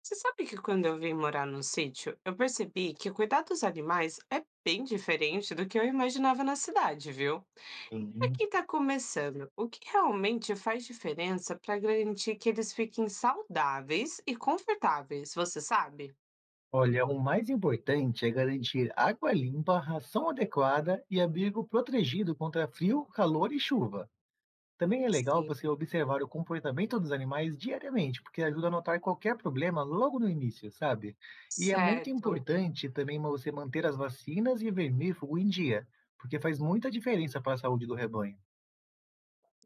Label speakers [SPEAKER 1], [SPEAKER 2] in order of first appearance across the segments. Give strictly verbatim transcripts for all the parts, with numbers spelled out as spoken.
[SPEAKER 1] Você sabe que quando eu vim morar no sítio, eu percebi que cuidar dos animais é bem diferente do que eu imaginava na cidade, viu? Para
[SPEAKER 2] Sim.
[SPEAKER 1] quem está começando, o que realmente faz diferença para garantir que eles fiquem saudáveis e confortáveis, você sabe?
[SPEAKER 2] Olha, o mais importante é garantir água limpa, ração adequada e abrigo protegido contra frio, calor e chuva. Também é legal
[SPEAKER 1] Sim,
[SPEAKER 2] você observar o comportamento dos animais diariamente, porque ajuda a notar qualquer problema logo no início, sabe? E é muito
[SPEAKER 1] certo.
[SPEAKER 2] importante também ma- você manter as vacinas e vermífugo em dia, porque faz muita diferença para a saúde do rebanho.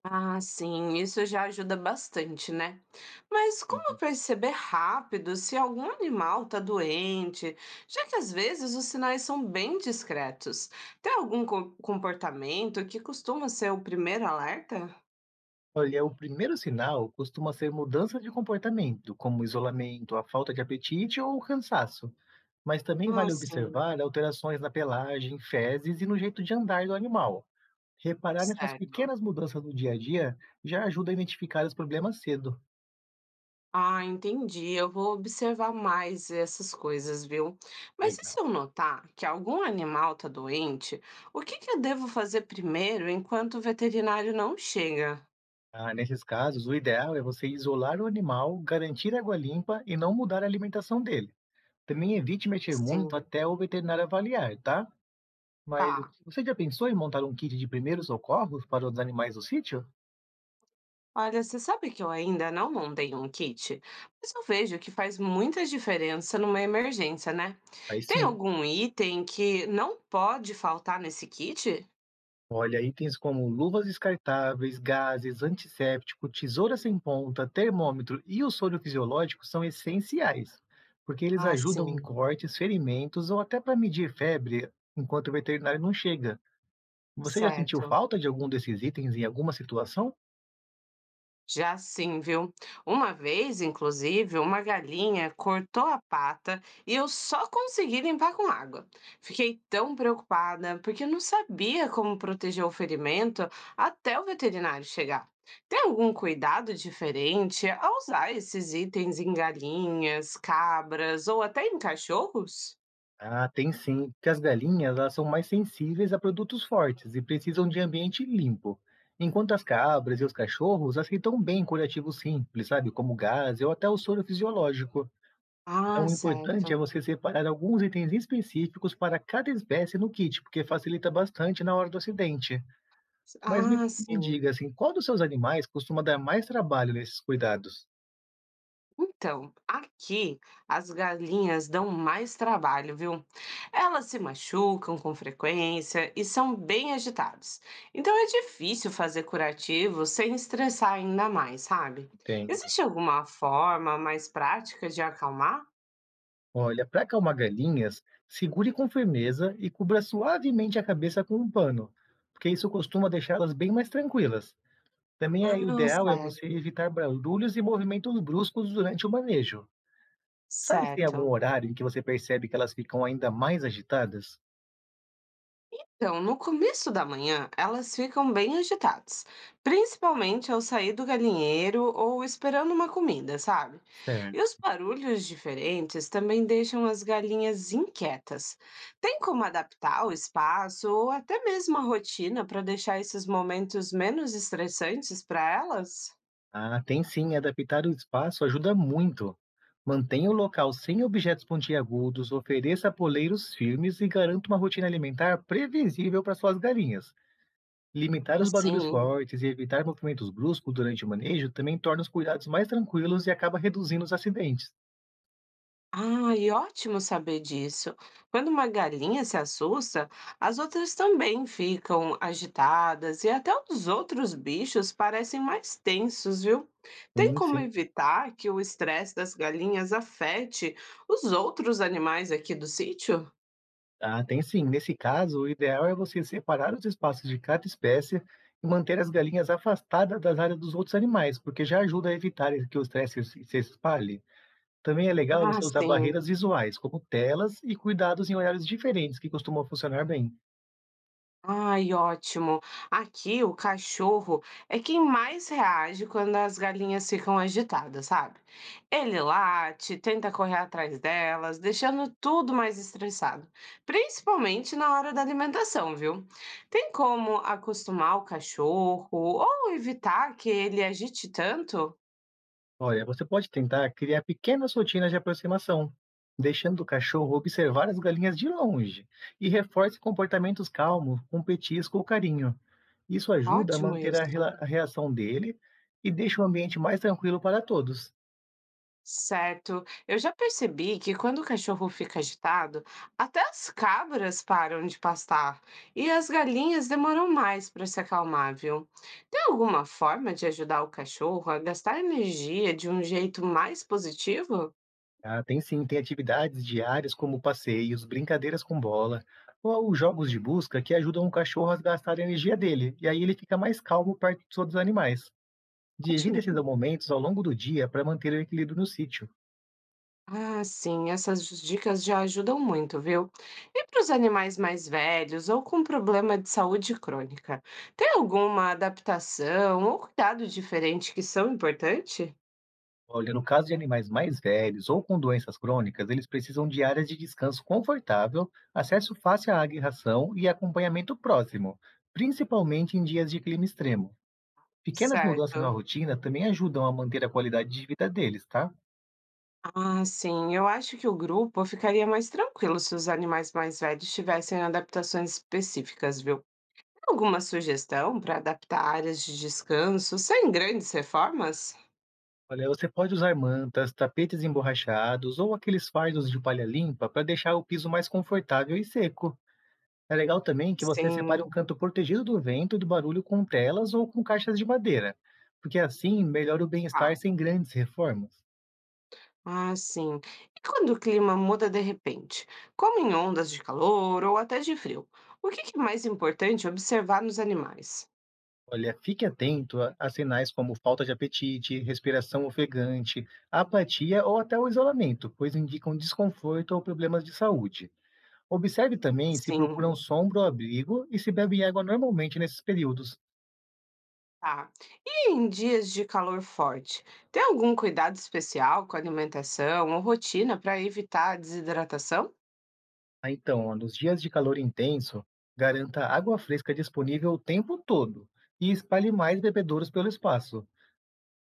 [SPEAKER 1] Ah, sim, isso já ajuda bastante, né? Mas como
[SPEAKER 2] Sim.
[SPEAKER 1] perceber rápido se algum animal está doente, já que às vezes os sinais são bem discretos? Tem algum co- comportamento que costuma ser o primeiro alerta?
[SPEAKER 2] Olha, o primeiro sinal costuma ser mudança de comportamento, como isolamento, a falta de apetite ou o cansaço. Mas também
[SPEAKER 1] Ah,
[SPEAKER 2] vale
[SPEAKER 1] sim,
[SPEAKER 2] observar alterações na pelagem, fezes e no jeito de andar do animal. Reparar nessas
[SPEAKER 1] certo.
[SPEAKER 2] pequenas mudanças no dia a dia já ajuda a identificar os problemas cedo.
[SPEAKER 1] Ah, entendi. Eu vou observar mais essas coisas, viu? Mas e se
[SPEAKER 2] Legal.
[SPEAKER 1] eu notar que algum animal está doente, o que que eu devo fazer primeiro enquanto o veterinário não chega?
[SPEAKER 2] Ah, nesses casos, o ideal é você isolar o animal, garantir água limpa e não mudar a alimentação dele. Também evite mexer muito
[SPEAKER 1] Sim.
[SPEAKER 2] até o veterinário avaliar, tá? Mas
[SPEAKER 1] Tá.
[SPEAKER 2] você já pensou em montar um kit de primeiros socorros para os animais do sítio?
[SPEAKER 1] Olha, você sabe que eu ainda não montei um kit, mas eu vejo que faz muita diferença numa emergência, né?
[SPEAKER 2] Aí
[SPEAKER 1] Tem
[SPEAKER 2] sim.
[SPEAKER 1] algum item que não pode faltar nesse kit?
[SPEAKER 2] Olha, itens como luvas descartáveis, gases, antisséptico, tesoura sem ponta, termômetro e o soro fisiológico são essenciais, porque eles
[SPEAKER 1] Ah,
[SPEAKER 2] ajudam em
[SPEAKER 1] sim,
[SPEAKER 2] cortes, ferimentos ou até para medir febre enquanto o veterinário não chega. Você já sentiu
[SPEAKER 1] certo.
[SPEAKER 2] falta de algum desses itens em alguma situação?
[SPEAKER 1] Já sim, viu? Uma vez, inclusive, uma galinha cortou a pata e eu só consegui limpar com água. Fiquei tão preocupada porque não sabia como proteger o ferimento até o veterinário chegar. Tem algum cuidado diferente ao usar esses itens em galinhas, cabras ou até em cachorros?
[SPEAKER 2] Ah, tem sim, porque as galinhas elas são mais sensíveis a produtos fortes e precisam de ambiente limpo. Enquanto as cabras e os cachorros aceitam bem curativos simples, sabe, como gás ou até o soro fisiológico. Então
[SPEAKER 1] Ah,
[SPEAKER 2] o importante é
[SPEAKER 1] certo.
[SPEAKER 2] você separar alguns itens específicos para cada espécie no kit, porque facilita bastante na hora do acidente. Mas me,
[SPEAKER 1] Ah,
[SPEAKER 2] me
[SPEAKER 1] sim.
[SPEAKER 2] diga, assim, qual dos seus animais costuma dar mais trabalho nesses cuidados?
[SPEAKER 1] Então, aqui as galinhas dão mais trabalho, viu? Elas se machucam com frequência e são bem agitadas. Então é difícil fazer curativo sem estressar ainda mais, sabe?
[SPEAKER 2] Entendo.
[SPEAKER 1] Existe alguma forma mais prática de acalmar?
[SPEAKER 2] Olha, para acalmar galinhas, segure com firmeza e cubra suavemente a cabeça com um pano, porque isso costuma deixá-las bem mais tranquilas. Também é, o
[SPEAKER 1] Ah,
[SPEAKER 2] ideal é você
[SPEAKER 1] certo,
[SPEAKER 2] evitar barulhos e movimentos bruscos durante o manejo. Sabe se tem algum
[SPEAKER 1] certo.
[SPEAKER 2] horário em que você percebe que elas ficam ainda mais agitadas?
[SPEAKER 1] Então, no começo da manhã, elas ficam bem agitadas, principalmente ao sair do galinheiro ou esperando uma comida, sabe? E
[SPEAKER 2] Certo.
[SPEAKER 1] os barulhos diferentes também deixam as galinhas inquietas. Tem como adaptar o espaço ou até mesmo a rotina para deixar esses momentos menos estressantes para elas?
[SPEAKER 2] Ah, tem sim. Adaptar o espaço ajuda muito. Mantenha o local sem objetos pontiagudos, ofereça poleiros firmes e garanta uma rotina alimentar previsível para suas galinhas. Limitar os barulhos
[SPEAKER 1] Assim.
[SPEAKER 2] fortes e evitar movimentos bruscos durante o manejo também torna os cuidados mais tranquilos e acaba reduzindo os acidentes.
[SPEAKER 1] Ah, e ótimo saber disso. Quando uma galinha se assusta, as outras também ficam agitadas e até os outros bichos parecem mais tensos, viu? Tem
[SPEAKER 2] Sim,
[SPEAKER 1] como
[SPEAKER 2] sim.
[SPEAKER 1] evitar que o estresse das galinhas afete os outros animais aqui do sítio?
[SPEAKER 2] Ah, tem sim. Nesse caso, o ideal é você separar os espaços de cada espécie e manter as galinhas afastadas das áreas dos outros animais, porque já ajuda a evitar que o estresse se se espalhe. Também é legal
[SPEAKER 1] Ah,
[SPEAKER 2] você usar
[SPEAKER 1] sim.
[SPEAKER 2] barreiras visuais, como telas e cuidados em horários diferentes que costumam funcionar bem.
[SPEAKER 1] Ai, ótimo. Aqui o cachorro é quem mais reage quando as galinhas ficam agitadas, sabe? Ele late, tenta correr atrás delas, deixando tudo mais estressado, principalmente na hora da alimentação, viu? Tem como acostumar o cachorro ou evitar que ele agite tanto?
[SPEAKER 2] Olha, você pode tentar criar pequenas rotinas de aproximação, deixando o cachorro observar as galinhas de longe e reforce comportamentos calmos com petisco ou carinho. Isso ajuda a
[SPEAKER 1] Ótimo
[SPEAKER 2] manter a
[SPEAKER 1] isso.
[SPEAKER 2] rela- a reação dele e deixa o ambiente mais tranquilo para todos.
[SPEAKER 1] Certo. Eu já percebi que quando o cachorro fica agitado, até as cabras param de pastar e as galinhas demoram mais para se acalmar, viu? Tem alguma forma de ajudar o cachorro a gastar energia de um jeito mais positivo?
[SPEAKER 2] Ah, tem sim, tem atividades diárias como passeios, brincadeiras com bola ou jogos de busca que ajudam o cachorro a gastar a energia dele, e aí ele fica mais calmo perto dos outros animais.
[SPEAKER 1] Ótimo.
[SPEAKER 2] Divida esses momentos ao longo do dia para manter o equilíbrio no sítio.
[SPEAKER 1] Ah, sim, essas dicas já ajudam muito, viu? E para os animais mais velhos ou com problema de saúde crônica, tem alguma adaptação ou cuidado diferente que são importantes?
[SPEAKER 2] Olha, no caso de animais mais velhos ou com doenças crônicas, eles precisam de áreas de descanso confortável, acesso fácil à água e ração e acompanhamento próximo, principalmente em dias de clima extremo. Pequenas mudanças na
[SPEAKER 1] Certo.
[SPEAKER 2] rotina também ajudam a manter a qualidade de vida deles, tá?
[SPEAKER 1] Ah, sim. Eu acho que o grupo ficaria mais tranquilo se os animais mais velhos tivessem adaptações específicas, viu? Alguma sugestão para adaptar áreas de descanso sem grandes reformas?
[SPEAKER 2] Olha, você pode usar mantas, tapetes emborrachados ou aqueles fardos de palha limpa para deixar o piso mais confortável e seco. É legal também que você separe
[SPEAKER 1] Sim,
[SPEAKER 2] um canto protegido do vento e do barulho com telas ou com caixas de madeira, porque assim melhora o bem-estar
[SPEAKER 1] tá.
[SPEAKER 2] sem grandes reformas.
[SPEAKER 1] Ah, sim. E quando o clima muda de repente, como em ondas de calor ou até de frio, o que que é mais importante observar nos animais?
[SPEAKER 2] Olha, fique atento a a sinais como falta de apetite, respiração ofegante, apatia ou até o isolamento, pois indicam desconforto ou problemas de saúde. Observe também se
[SPEAKER 1] Sim.
[SPEAKER 2] procuram sombra ou abrigo e se bebem água normalmente nesses períodos.
[SPEAKER 1] Tá. E em dias de calor forte, tem algum cuidado especial com a alimentação ou rotina para evitar a desidratação?
[SPEAKER 2] Ah, então, ó, nos dias de calor intenso, garanta água fresca disponível o tempo todo e espalhe mais bebedouros pelo espaço.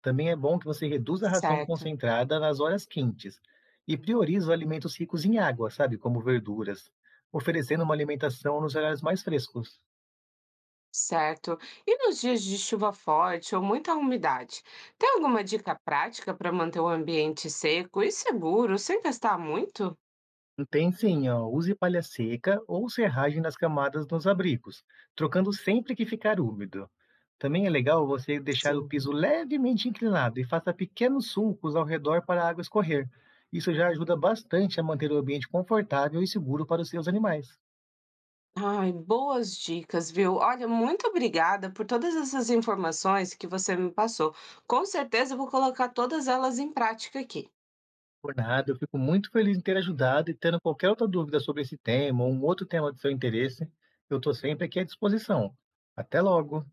[SPEAKER 2] Também é bom que você reduza a ração
[SPEAKER 1] Certo,
[SPEAKER 2] concentrada nas horas quentes e priorize os alimentos ricos em água, sabe, como verduras, oferecendo uma alimentação nos horários mais frescos.
[SPEAKER 1] certo. E nos dias de chuva forte ou muita umidade, tem alguma dica prática para manter o ambiente seco e seguro sem gastar muito?
[SPEAKER 2] Tem sim, ó. Use palha seca ou serragem nas camadas nos abrigos, trocando sempre que ficar úmido. Também é legal você deixar o
[SPEAKER 1] Sim.
[SPEAKER 2] piso levemente inclinado e faça pequenos sulcos ao redor para a água escorrer. Isso já ajuda bastante a manter o ambiente confortável e seguro para os seus animais.
[SPEAKER 1] Ai, boas dicas, viu? Olha, muito obrigada por todas essas informações que você me passou. Com certeza eu vou colocar todas elas em prática aqui.
[SPEAKER 2] Por nada, eu fico muito feliz em ter ajudado e tendo qualquer outra dúvida sobre esse tema ou um outro tema de seu interesse, eu estou sempre aqui à disposição. Até logo!